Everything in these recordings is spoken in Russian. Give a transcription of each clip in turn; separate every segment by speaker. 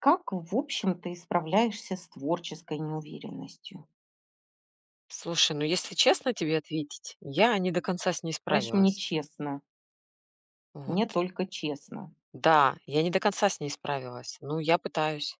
Speaker 1: Как, в общем, ты справляешься с творческой неуверенностью?
Speaker 2: Слушай, ну если честно тебе ответить, я не до конца с ней
Speaker 1: Скажешь мне
Speaker 2: справилась.
Speaker 1: честно,
Speaker 2: Вот.
Speaker 1: мне только честно.
Speaker 2: Да, я не до конца с ней справилась. Ну, я пытаюсь.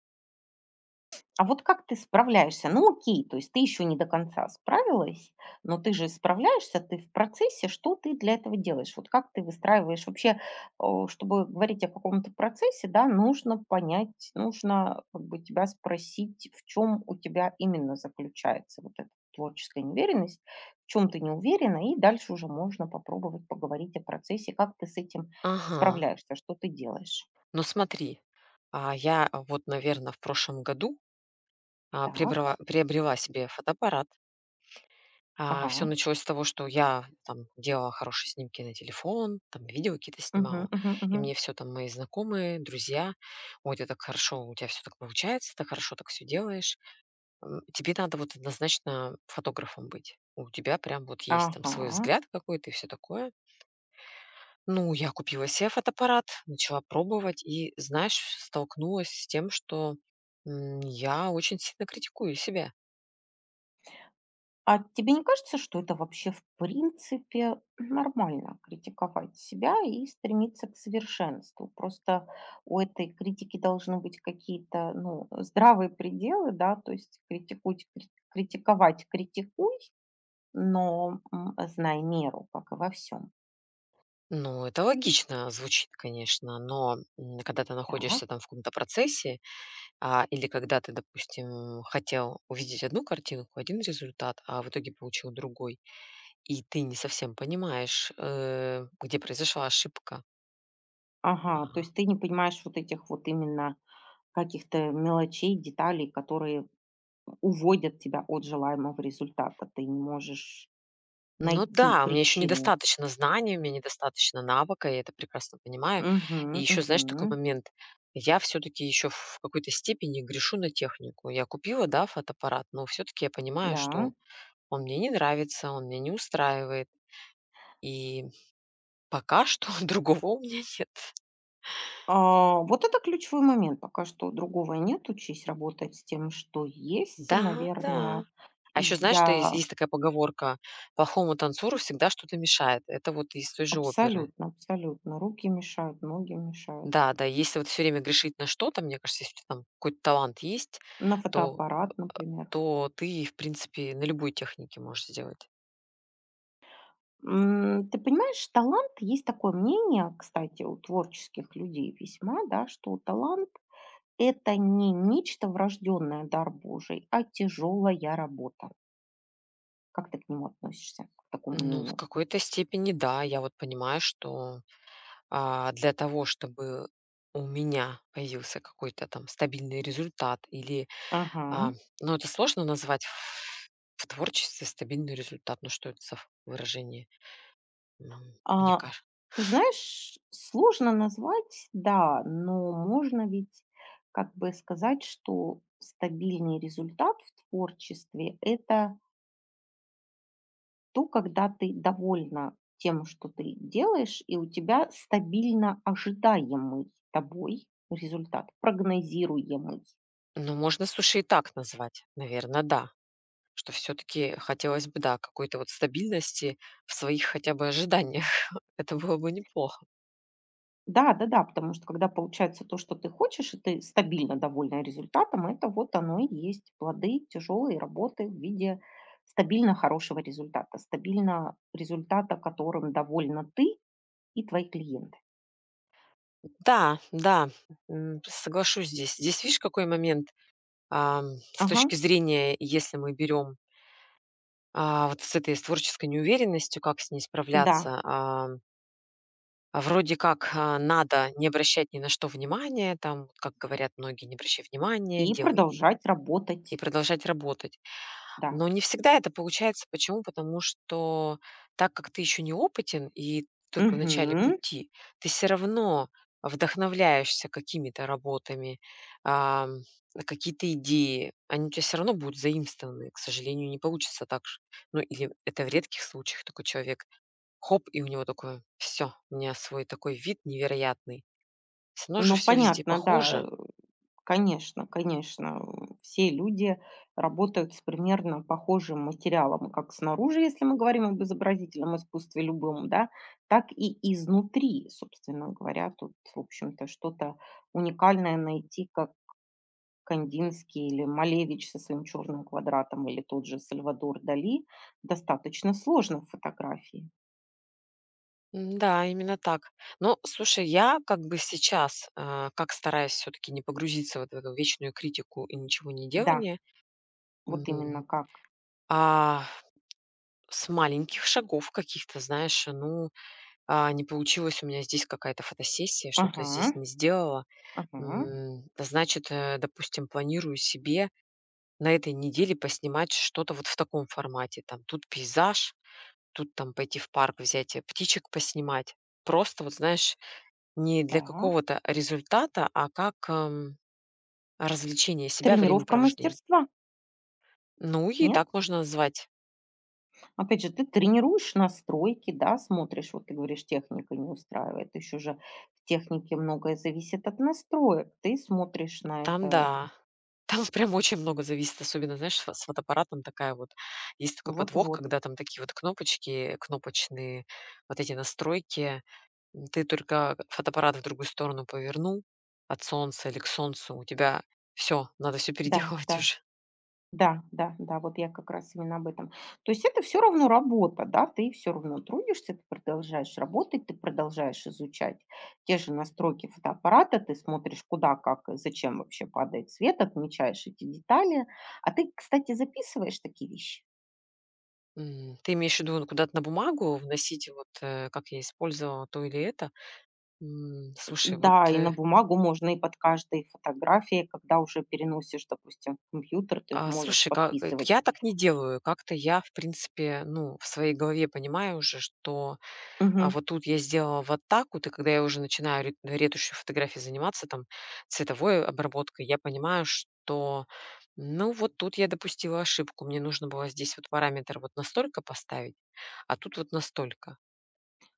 Speaker 1: А вот как ты справляешься? Ну, окей, то есть ты еще не до конца справилась, но ты же справляешься, ты в процессе. Что ты для этого делаешь? Вот как ты выстраиваешь вообще, чтобы говорить о каком-то процессе, да, нужно понять, нужно как бы тебя спросить, в чем у тебя именно заключается вот эта творческая неуверенность, в чем ты не уверена, и дальше уже можно попробовать поговорить о процессе, как ты с этим
Speaker 2: Ага.
Speaker 1: справляешься, что ты делаешь.
Speaker 2: Но смотри, вот, наверное, в прошлом году
Speaker 1: Так,
Speaker 2: приобрела себе фотоаппарат. Все
Speaker 1: ага,
Speaker 2: началось с того, что я там делала хорошие снимки на телефон, там видео какие-то
Speaker 1: угу,
Speaker 2: снимала.
Speaker 1: угу,
Speaker 2: И
Speaker 1: угу.
Speaker 2: мне все там мои знакомые, друзья, ой, ты так хорошо, у тебя все так получается, так хорошо так все делаешь. Тебе надо вот однозначно фотографом быть. У тебя прям вот есть там
Speaker 1: Ага,
Speaker 2: свой взгляд какой-то и все такое. Ну, я купила себе фотоаппарат, начала пробовать и, знаешь, столкнулась с тем, что я очень сильно критикую себя.
Speaker 1: а тебе не кажется, что это вообще в принципе нормально критиковать себя и стремиться к совершенству? Просто у этой критики должны быть какие-то, ну, здравые пределы, да, то есть критикуть, критиковать, критикуй, но знай меру, как и во всем.
Speaker 2: Ну, это логично звучит, конечно, но когда ты
Speaker 1: Так.
Speaker 2: находишься там в каком-то процессе, или когда ты, допустим, хотел увидеть одну картинку, один результат, а в итоге получил другой, и ты не совсем понимаешь, где произошла ошибка.
Speaker 1: Ага, то
Speaker 2: Ага.
Speaker 1: есть ты не понимаешь вот этих вот именно каких-то мелочей, деталей, которые уводят тебя от желаемого результата. Ты не можешь
Speaker 2: Ну
Speaker 1: найти
Speaker 2: да, у меня еще
Speaker 1: причину.
Speaker 2: недостаточно знаний, у меня недостаточно навыка, я это прекрасно понимаю.
Speaker 1: Мгм,
Speaker 2: И еще, знаешь, такой
Speaker 1: мгм.
Speaker 2: момент. Я все-таки еще в какой-то степени грешу на технику. Я купила, да, фотоаппарат, но все-таки я понимаю,
Speaker 1: Да.
Speaker 2: что он мне не нравится, он меня не устраивает. И пока что другого у меня нет.
Speaker 1: А, вот это ключевой момент. Пока что другого нет. Учись работать с тем, что есть,
Speaker 2: Да, да.
Speaker 1: наверное.
Speaker 2: А еще, знаешь, да, есть,
Speaker 1: Я
Speaker 2: есть такая поговорка, плохому танцору всегда что-то мешает. Это вот из той же оперы.
Speaker 1: абсолютно, абсолютно. Руки мешают, ноги мешают.
Speaker 2: Да, да, если вот все время грешить на что-то, мне кажется, если у тя там какой-то талант есть,
Speaker 1: На
Speaker 2: то
Speaker 1: фотоаппарат, например.
Speaker 2: то ты, в принципе, на любой технике можешь сделать.
Speaker 1: М, ты понимаешь, талант, есть такое мнение, кстати, у творческих людей весьма, да, что талант– это не нечто врожденное, дар Божий, а тяжелая работа. Как ты к нему относишься, к такому
Speaker 2: Ну, в
Speaker 1: мнению?
Speaker 2: какой-то степени да. Я вот понимаю, что, для того, чтобы у меня появился какой-то там стабильный результат или,
Speaker 1: Ага.
Speaker 2: а, ну, это сложно назвать ф в творчестве стабильный результат. Ну, что это за выражение? М, Мне
Speaker 1: А,
Speaker 2: кажется.
Speaker 1: ты знаешь, сложно назвать, да, но можно ведь как бы сказать, что стабильный результат в творчестве– это то, когда ты довольна тем, что ты делаешь, и у тебя стабильно ожидаемый тобой результат, прогнозируемый.
Speaker 2: Ну, можно, слушай, и так назвать, наверное, да. Что все таки хотелось бы, да, какой-то вот стабильности в своих хотя бы ожиданиях. Это было бы неплохо.
Speaker 1: Да-да-да, потому что когда получается то, что ты хочешь, и ты стабильно довольна результатом, это вот оно и есть плоды тяжелой работы в виде стабильно хорошего результата, стабильно результата, которым довольна ты и твои клиенты.
Speaker 2: Да, да, соглашусь здесь. Здесь видишь, какой момент, с
Speaker 1: Ага,
Speaker 2: точки зрения, если мы берем, вот с творческой неуверенностью, как с ней
Speaker 1: да.
Speaker 2: справляться. А вроде как, надо не обращать ни на что внимания, там, вот как говорят многие: "Не обращай внимания,
Speaker 1: И
Speaker 2: делай", и
Speaker 1: продолжать
Speaker 2: и
Speaker 1: работать,
Speaker 2: продолжать работать.
Speaker 1: да.
Speaker 2: Но не всегда это получается. Почему? Потому что так как ты еще неопытен и только в начале
Speaker 1: Мгм.
Speaker 2: пути, ты все равно вдохновляешься какими-то работами, ам, какие-то идеи, они у тебя все равно будут заимствованы. К сожалению, не получится так, ш ну, или это в редких случаях такой человек, хоп, и у него такое: все у меня свой такой вид невероятный". Все равно же
Speaker 1: Ну,
Speaker 2: все везде
Speaker 1: понятно, да.
Speaker 2: похоже.
Speaker 1: Конечно, конечно. Все люди работают с примерно похожим материалом, как снаружи, если мы говорим об изобразительном искусстве любом, да, так и изнутри, собственно говоря. Тут, в общем-то, что-то уникальное найти, как Кандинский или Малевич со своим черным квадратом, или тот же Сальвадор Дали, достаточно сложно в фотографии.
Speaker 2: Да, именно так. Ну, слушай, я как бы сейчас, как стараюсь все-таки не погрузиться вот в эту вечную критику и ничего не
Speaker 1: Да,
Speaker 2: делание,
Speaker 1: вот
Speaker 2: м,
Speaker 1: именно как.
Speaker 2: а с маленьких шагов каких-то, знаешь, ну, не получилось у меня здесь какая-то фотосессия, что-то
Speaker 1: Ага,
Speaker 2: здесь не сделала.
Speaker 1: ага,
Speaker 2: Да, значит, допустим, планирую себе на этой неделе поснимать что-то вот в таком формате. Там тут пейзаж, тут там пойти в парк, взять птичек поснимать, просто вот, знаешь, не для
Speaker 1: так.
Speaker 2: какого-то результата, а как развлечение себя,
Speaker 1: Тренировка
Speaker 2: времяпровождение.
Speaker 1: мастерства,
Speaker 2: Ну, и
Speaker 1: нет?
Speaker 2: так можно назвать.
Speaker 1: Опять же, ты тренируешь настройки, да, смотришь, вот ты говоришь, техника не устраивает. Еще же в технике многое зависит от настроек. Ты смотришь на
Speaker 2: Там
Speaker 1: это
Speaker 2: да, там прям очень много зависит, особенно, знаешь, с фотоаппаратом такая вот есть такой подвох,
Speaker 1: вот-вот.
Speaker 2: когда там такие вот кнопочные вот эти настройки. Ты только фотоаппарат в другую сторону повернул, от солнца или к солнцу, у тебя все, надо все
Speaker 1: Да,
Speaker 2: переделывать
Speaker 1: да,
Speaker 2: уже.
Speaker 1: да, да, да, вот я как раз именно об этом. То есть это все равно работа, да, ты все равно трудишься, ты продолжаешь работать, ты продолжаешь изучать те же настройки фотоаппарата, ты смотришь, куда, как, и зачем вообще падает свет, отмечаешь эти детали. А ты, кстати, записываешь такие вещи?
Speaker 2: Ты имеешь в виду, ну, куда-то на бумагу вносить вот, как я использовала то или это? Слушай, вот,
Speaker 1: Да, и на бумагу можно, и под каждой фотографией, когда уже переносишь, допустим, в компьютер, ты же можешь
Speaker 2: слушай,
Speaker 1: подписывать.
Speaker 2: я так не делаю. Как-то я, в принципе, ну, в своей голове понимаю уже, что,
Speaker 1: Мгм.
Speaker 2: вот тут я сделала вот так вот, и когда я уже начинаю ре ретушью фотографий заниматься, там, цветовой обработкой, я понимаю, что, ну, вот тут я допустила ошибку. Мне нужно было здесь вот параметр вот настолько поставить, а тут вот настолько.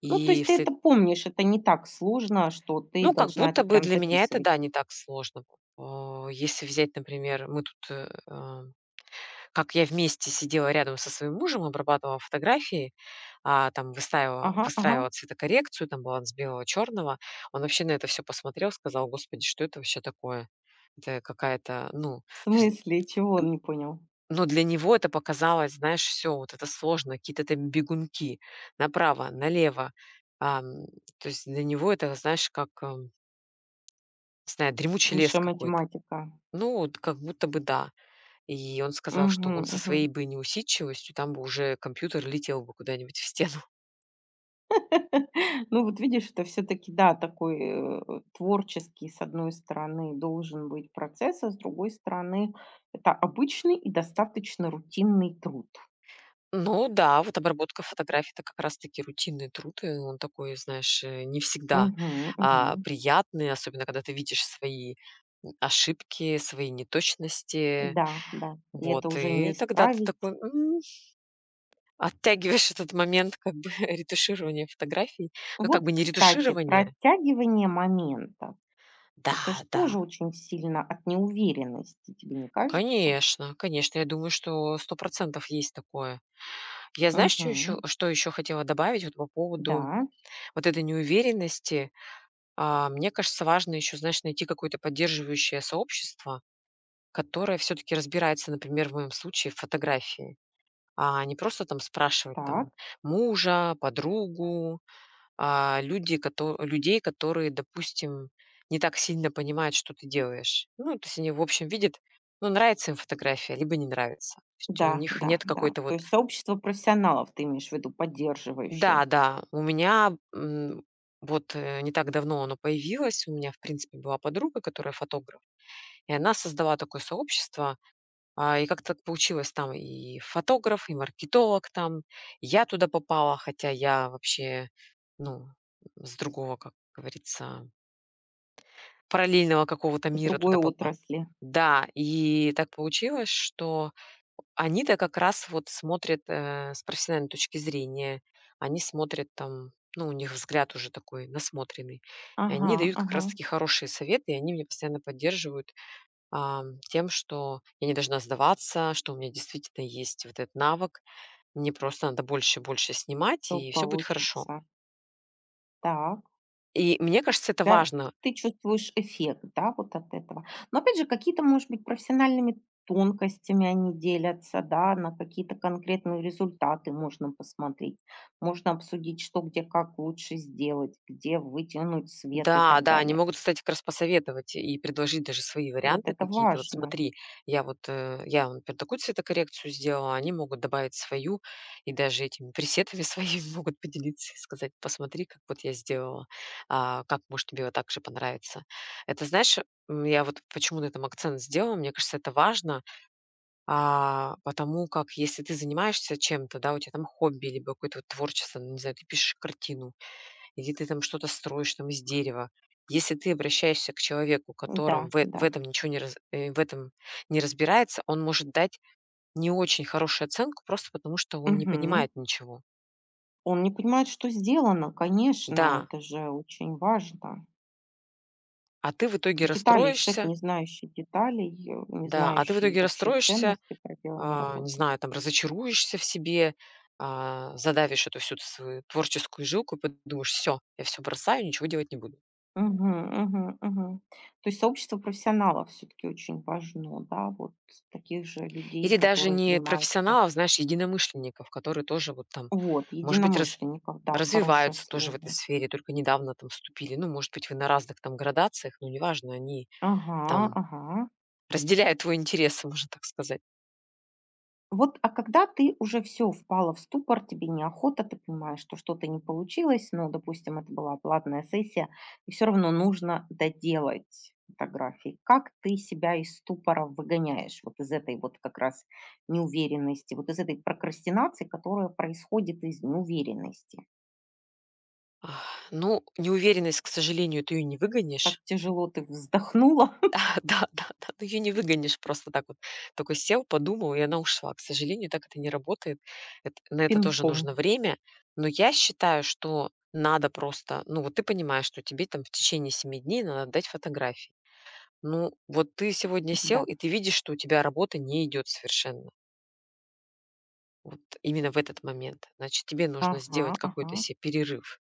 Speaker 1: Ну, то
Speaker 2: И
Speaker 1: есть ты
Speaker 2: все.
Speaker 1: это помнишь, это не так сложно, что ты
Speaker 2: Ну, как
Speaker 1: должна это
Speaker 2: будто бы
Speaker 1: прям
Speaker 2: для меня это,
Speaker 1: записывать.
Speaker 2: да, не так сложно. О, если взять, например, мы тут, как я вместе сидела рядом со своим мужем, обрабатывала фотографии, там выстаивала
Speaker 1: Ага, ага.
Speaker 2: выстраивала цветокоррекцию, там баланс белого, черного. Он вообще на это все посмотрел, сказал: "Господи, что это вообще такое? Это какая-то, ну".
Speaker 1: В
Speaker 2: То есть,
Speaker 1: смысле? Чего он не понял?
Speaker 2: но для него это показалось, знаешь, все вот это сложно, какие-то там бегунки направо, налево. Ам, То есть для него это, знаешь, как не знаю, дремучий лес
Speaker 1: Высшая
Speaker 2: какой-то.
Speaker 1: математика.
Speaker 2: Ну, вот как будто бы да. И он сказал, что
Speaker 1: Мгм,
Speaker 2: он со
Speaker 1: мгм.
Speaker 2: своей бы неусидчивостью, там бы уже компьютер летел бы куда-нибудь в стену.
Speaker 1: Ну, вот видишь, это все-таки, да, такой творческий, с одной стороны, должен быть процесс, а с другой стороны, это обычный и достаточно рутинный труд.
Speaker 2: Ну да, вот обработка фотографий- это как раз таки рутинный труд, и он такой, знаешь, не всегда
Speaker 1: Мгм, мгм.
Speaker 2: приятный, особенно когда ты видишь свои, ошибки, свои неточности.
Speaker 1: Да, да, и это
Speaker 2: Вот,
Speaker 1: уже не
Speaker 2: и тогда ты такой,
Speaker 1: исправить.
Speaker 2: оттягиваешь этот момент как бы ретуширования фотографий. Ну, как
Speaker 1: Вот,
Speaker 2: бы не
Speaker 1: кстати, про
Speaker 2: ретуширования.
Speaker 1: оттягивание момента.
Speaker 2: Да,
Speaker 1: Это ж
Speaker 2: да,
Speaker 1: тоже очень сильно от неуверенности, тебе не кажется?
Speaker 2: конечно, конечно, я думаю, что 100% есть такое. Я, знаешь, чё
Speaker 1: Мгм.
Speaker 2: ещё что еще хотела добавить вот по поводу
Speaker 1: Да,
Speaker 2: вот этой неуверенности? Мне кажется, важно еще, знаешь, найти какое-то поддерживающее сообщество, которое все таки разбирается, например, в моем случае, в фотографии. А не просто там спрашивать
Speaker 1: так.
Speaker 2: там мужа, подругу, люди, кото людей, которые, допустим, не так сильно понимают, что ты делаешь. Ну, то есть они, в общем, видят, ну, нравится им фотография, либо не нравится. То есть у
Speaker 1: Да,
Speaker 2: них
Speaker 1: да,
Speaker 2: нет
Speaker 1: да.
Speaker 2: какой-то
Speaker 1: То
Speaker 2: вот.
Speaker 1: есть сообщество профессионалов ты имеешь в виду,
Speaker 2: Да,
Speaker 1: поддерживающее
Speaker 2: да, у меня, вот, не так давно оно появилось. У меня, в принципе, была подруга, которая фотограф, и она создала такое сообщество. И как-то так получилось, там и фотограф, и маркетолог там. Я туда попала, хотя я вообще, ну, с другого, как говорится, параллельного какого-то
Speaker 1: с
Speaker 2: мира
Speaker 1: другой
Speaker 2: туда попала.
Speaker 1: отрасли.
Speaker 2: Да, и так получилось, что они-то как раз вот смотрят с профессиональной точки зрения. Они смотрят там, ну, у них взгляд уже такой насмотренный. И
Speaker 1: Ага,
Speaker 2: они дают как
Speaker 1: ага.
Speaker 2: раз таки хорошие советы, и они меня постоянно поддерживают, тем, что я не должна сдаваться, что у меня действительно есть вот этот навык. Мне просто надо больше и больше снимать,
Speaker 1: Все
Speaker 2: и все будет хорошо.
Speaker 1: получится. Так.
Speaker 2: И мне кажется, это
Speaker 1: Да,
Speaker 2: важно.
Speaker 1: ты чувствуешь эффект, да, вот от этого. Но опять же, какие-то, может быть, профессиональными тонкостями они делятся, да, на какие-то конкретные результаты можно посмотреть, можно обсудить, что где как лучше сделать, где вытянуть свет и
Speaker 2: Да,
Speaker 1: так
Speaker 2: да, они
Speaker 1: далее.
Speaker 2: могут, кстати, как раз посоветовать и предложить даже свои
Speaker 1: Вот
Speaker 2: варианты
Speaker 1: это
Speaker 2: какие-то. Вот
Speaker 1: важно.
Speaker 2: смотри, я, например, такую цветокоррекцию сделала, они могут добавить свою, и даже этими пресетами своими могут поделиться и сказать: "Посмотри, как вот я сделала, как, может, тебе вот так же понравится". Это, знаешь, я вот почему на этом акцент сделала, мне кажется, это важно, потому как если ты занимаешься чем-то, да, у тебя там хобби либо какое-то вот творчество, ну, не знаю, ты пишешь картину, или ты там что-то строишь там из дерева. Если ты обращаешься к человеку,
Speaker 1: Да,
Speaker 2: которым
Speaker 1: да.
Speaker 2: в этом не разбирается, он может дать не очень хорошую оценку просто потому, что он не
Speaker 1: Мгм.
Speaker 2: понимает ничего.
Speaker 1: Он не понимает, что сделано, конечно,
Speaker 2: Да,
Speaker 1: это же очень важно.
Speaker 2: а ты в итоге
Speaker 1: Детали, человек,
Speaker 2: расстроишься,
Speaker 1: не знающий деталей, не
Speaker 2: да, А ты в
Speaker 1: знающий
Speaker 2: итоге
Speaker 1: вообще
Speaker 2: расстроишься,
Speaker 1: ценности проделанной
Speaker 2: не
Speaker 1: работы.
Speaker 2: знаю, там разочаруешься в себе, задавишь эту всю свою творческую жилку и подумаешь: все, я все бросаю, ничего делать не буду".
Speaker 1: Мгм, мгм, мгм. То есть сообщество профессионалов все-таки очень важно, да, вот таких же людей,
Speaker 2: Или даже
Speaker 1: которые
Speaker 2: не
Speaker 1: занимаются.
Speaker 2: профессионалов, знаешь, единомышленников, которые тоже вот там,
Speaker 1: Вот,
Speaker 2: может быть,
Speaker 1: единомышленников, да, хорошее
Speaker 2: развиваются тоже в этой
Speaker 1: слово.
Speaker 2: сфере, только недавно там вступили. Ну, может быть, вы на разных там градациях, но неважно, они
Speaker 1: Ага,
Speaker 2: там
Speaker 1: ага.
Speaker 2: разделяют твой интерес, можно так сказать.
Speaker 1: Вот, а когда ты уже все впала в ступор, тебе неохота, ты понимаешь, что что-то не получилось, но, допустим, это была платная сессия, и все равно нужно доделать фотографии. Как ты себя из ступора выгоняешь вот из этой вот как раз неуверенности, вот из этой прокрастинации, которая происходит из неуверенности?
Speaker 2: Ах, ну, неуверенность, к сожалению, ты ее не
Speaker 1: Так
Speaker 2: выгонишь.
Speaker 1: тяжело ты вздохнула.
Speaker 2: Да-да-да, ты её не выгонишь просто так вот. Такой сел, подумал, и она ушла. К сожалению, так это не работает. Эт На это тоже
Speaker 1: Пинком.
Speaker 2: нужно время. Но я считаю, что надо просто, ну, вот ты понимаешь, что тебе там в течение 7 дней надо дать фотографии. Ну, вот ты сегодня сел,
Speaker 1: Да.
Speaker 2: и ты видишь, что у тебя работа не идет совершенно. Вот именно в этот момент. Значит, тебе нужно
Speaker 1: Ага,
Speaker 2: сделать
Speaker 1: ага.
Speaker 2: какой-то себе перерыв.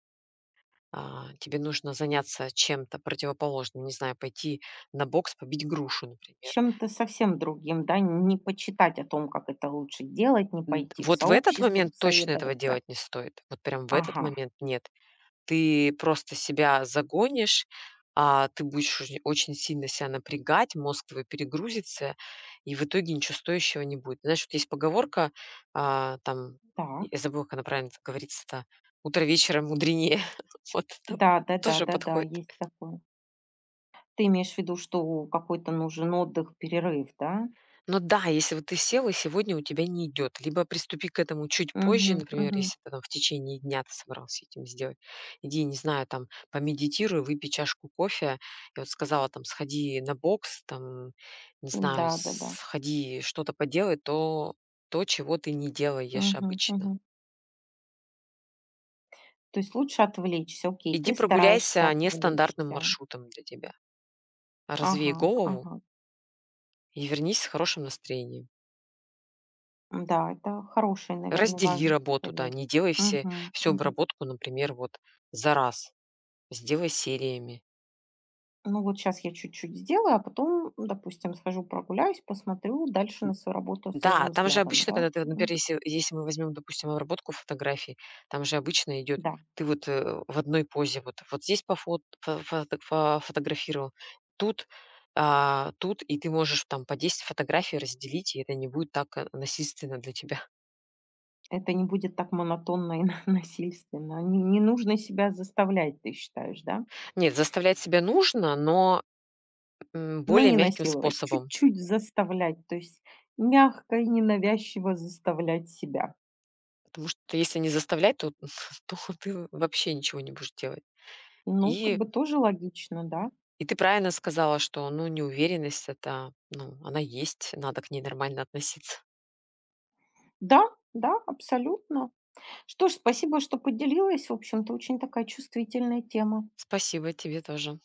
Speaker 2: Тебе нужно заняться чем-то противоположным. Не знаю, пойти на бокс, побить грушу, например.
Speaker 1: Чем-то совсем другим, да, не почитать о том, как это лучше делать, не
Speaker 2: Н
Speaker 1: пойти в
Speaker 2: Вот в этот
Speaker 1: сообщество
Speaker 2: момент точно этого
Speaker 1: посоветоваться.
Speaker 2: делать не стоит. Вот прям в этот
Speaker 1: Ага,
Speaker 2: момент нет. Ты просто себя загонишь, ты будешь уже очень сильно себя напрягать, мозг твой перегрузится, и в итоге ничего стоящего не будет. Знаешь, вот есть поговорка, там,
Speaker 1: так.
Speaker 2: я забыла, как она правильно говорится-то: "Утро вечера мудренее". Вот, там
Speaker 1: Да, да, да,
Speaker 2: тоже
Speaker 1: да, да,
Speaker 2: подходит.
Speaker 1: есть такое. Ты имеешь в виду, что какой-то нужен отдых, перерыв, да?
Speaker 2: Но да, если вот ты сел, и сегодня у тебя не идет, либо приступи к этому чуть позже,
Speaker 1: Угу.
Speaker 2: например,
Speaker 1: Угу.
Speaker 2: если ты там в течение дня ты собрался этим сделать. Иди, не знаю, там помедитируй, выпей чашку кофе. Я вот сказала, там сходи на бокс, там, не знаю,
Speaker 1: Да, да, да.
Speaker 2: сходи что-то поделай, то, чего ты не делаешь
Speaker 1: Угу.
Speaker 2: обычно.
Speaker 1: Угу. То есть лучше отвлечься, окей,
Speaker 2: Иди
Speaker 1: ты
Speaker 2: прогуляйся
Speaker 1: стараешься
Speaker 2: нестандартным
Speaker 1: отвлечься.
Speaker 2: маршрутом для тебя. Развей
Speaker 1: Ага,
Speaker 2: голову
Speaker 1: ага.
Speaker 2: и вернись с хорошим настроением.
Speaker 1: Да, это хороший, наверное,
Speaker 2: Раздели
Speaker 1: важный
Speaker 2: работу, да,
Speaker 1: совет.
Speaker 2: не делай все
Speaker 1: Угу,
Speaker 2: всю
Speaker 1: мгм.
Speaker 2: обработку, например, вот за раз, сделай сериями.
Speaker 1: Ну, вот сейчас я чуть-чуть сделаю, а потом, допустим, схожу прогуляюсь, посмотрю дальше на свою работу
Speaker 2: Да,
Speaker 1: свежим
Speaker 2: там же
Speaker 1: взглядом,
Speaker 2: обычно,
Speaker 1: да?
Speaker 2: когда ты, вот, например,
Speaker 1: Мгм.
Speaker 2: если мы возьмем, допустим, обработку фотографий, там же обычно идет,
Speaker 1: Да,
Speaker 2: ты вот, в одной позе, вот здесь пофот фо фото- фо пофотографировал, тут, тут, и ты можешь там по 10 фотографий разделить, и это не будет так насильственно для тебя.
Speaker 1: это не будет так монотонно и насильственно. Не нужно себя заставлять, ты считаешь, да?
Speaker 2: Нет, заставлять себя нужно, но
Speaker 1: Но
Speaker 2: более
Speaker 1: не
Speaker 2: мягким
Speaker 1: насиловать,
Speaker 2: способом.
Speaker 1: чуть-чуть заставлять, то есть мягко и ненавязчиво заставлять себя.
Speaker 2: Потому что если не заставлять, то то ты вообще ничего не будешь делать.
Speaker 1: Ну, как
Speaker 2: И
Speaker 1: бы тоже логично, да?
Speaker 2: и ты правильно сказала, что, ну, неуверенность- это, ну, она есть, надо к ней нормально относиться.
Speaker 1: Да, да, абсолютно. Что ж, спасибо, что поделилась. В общем-то, очень такая чувствительная тема.
Speaker 2: Спасибо, тебе тоже.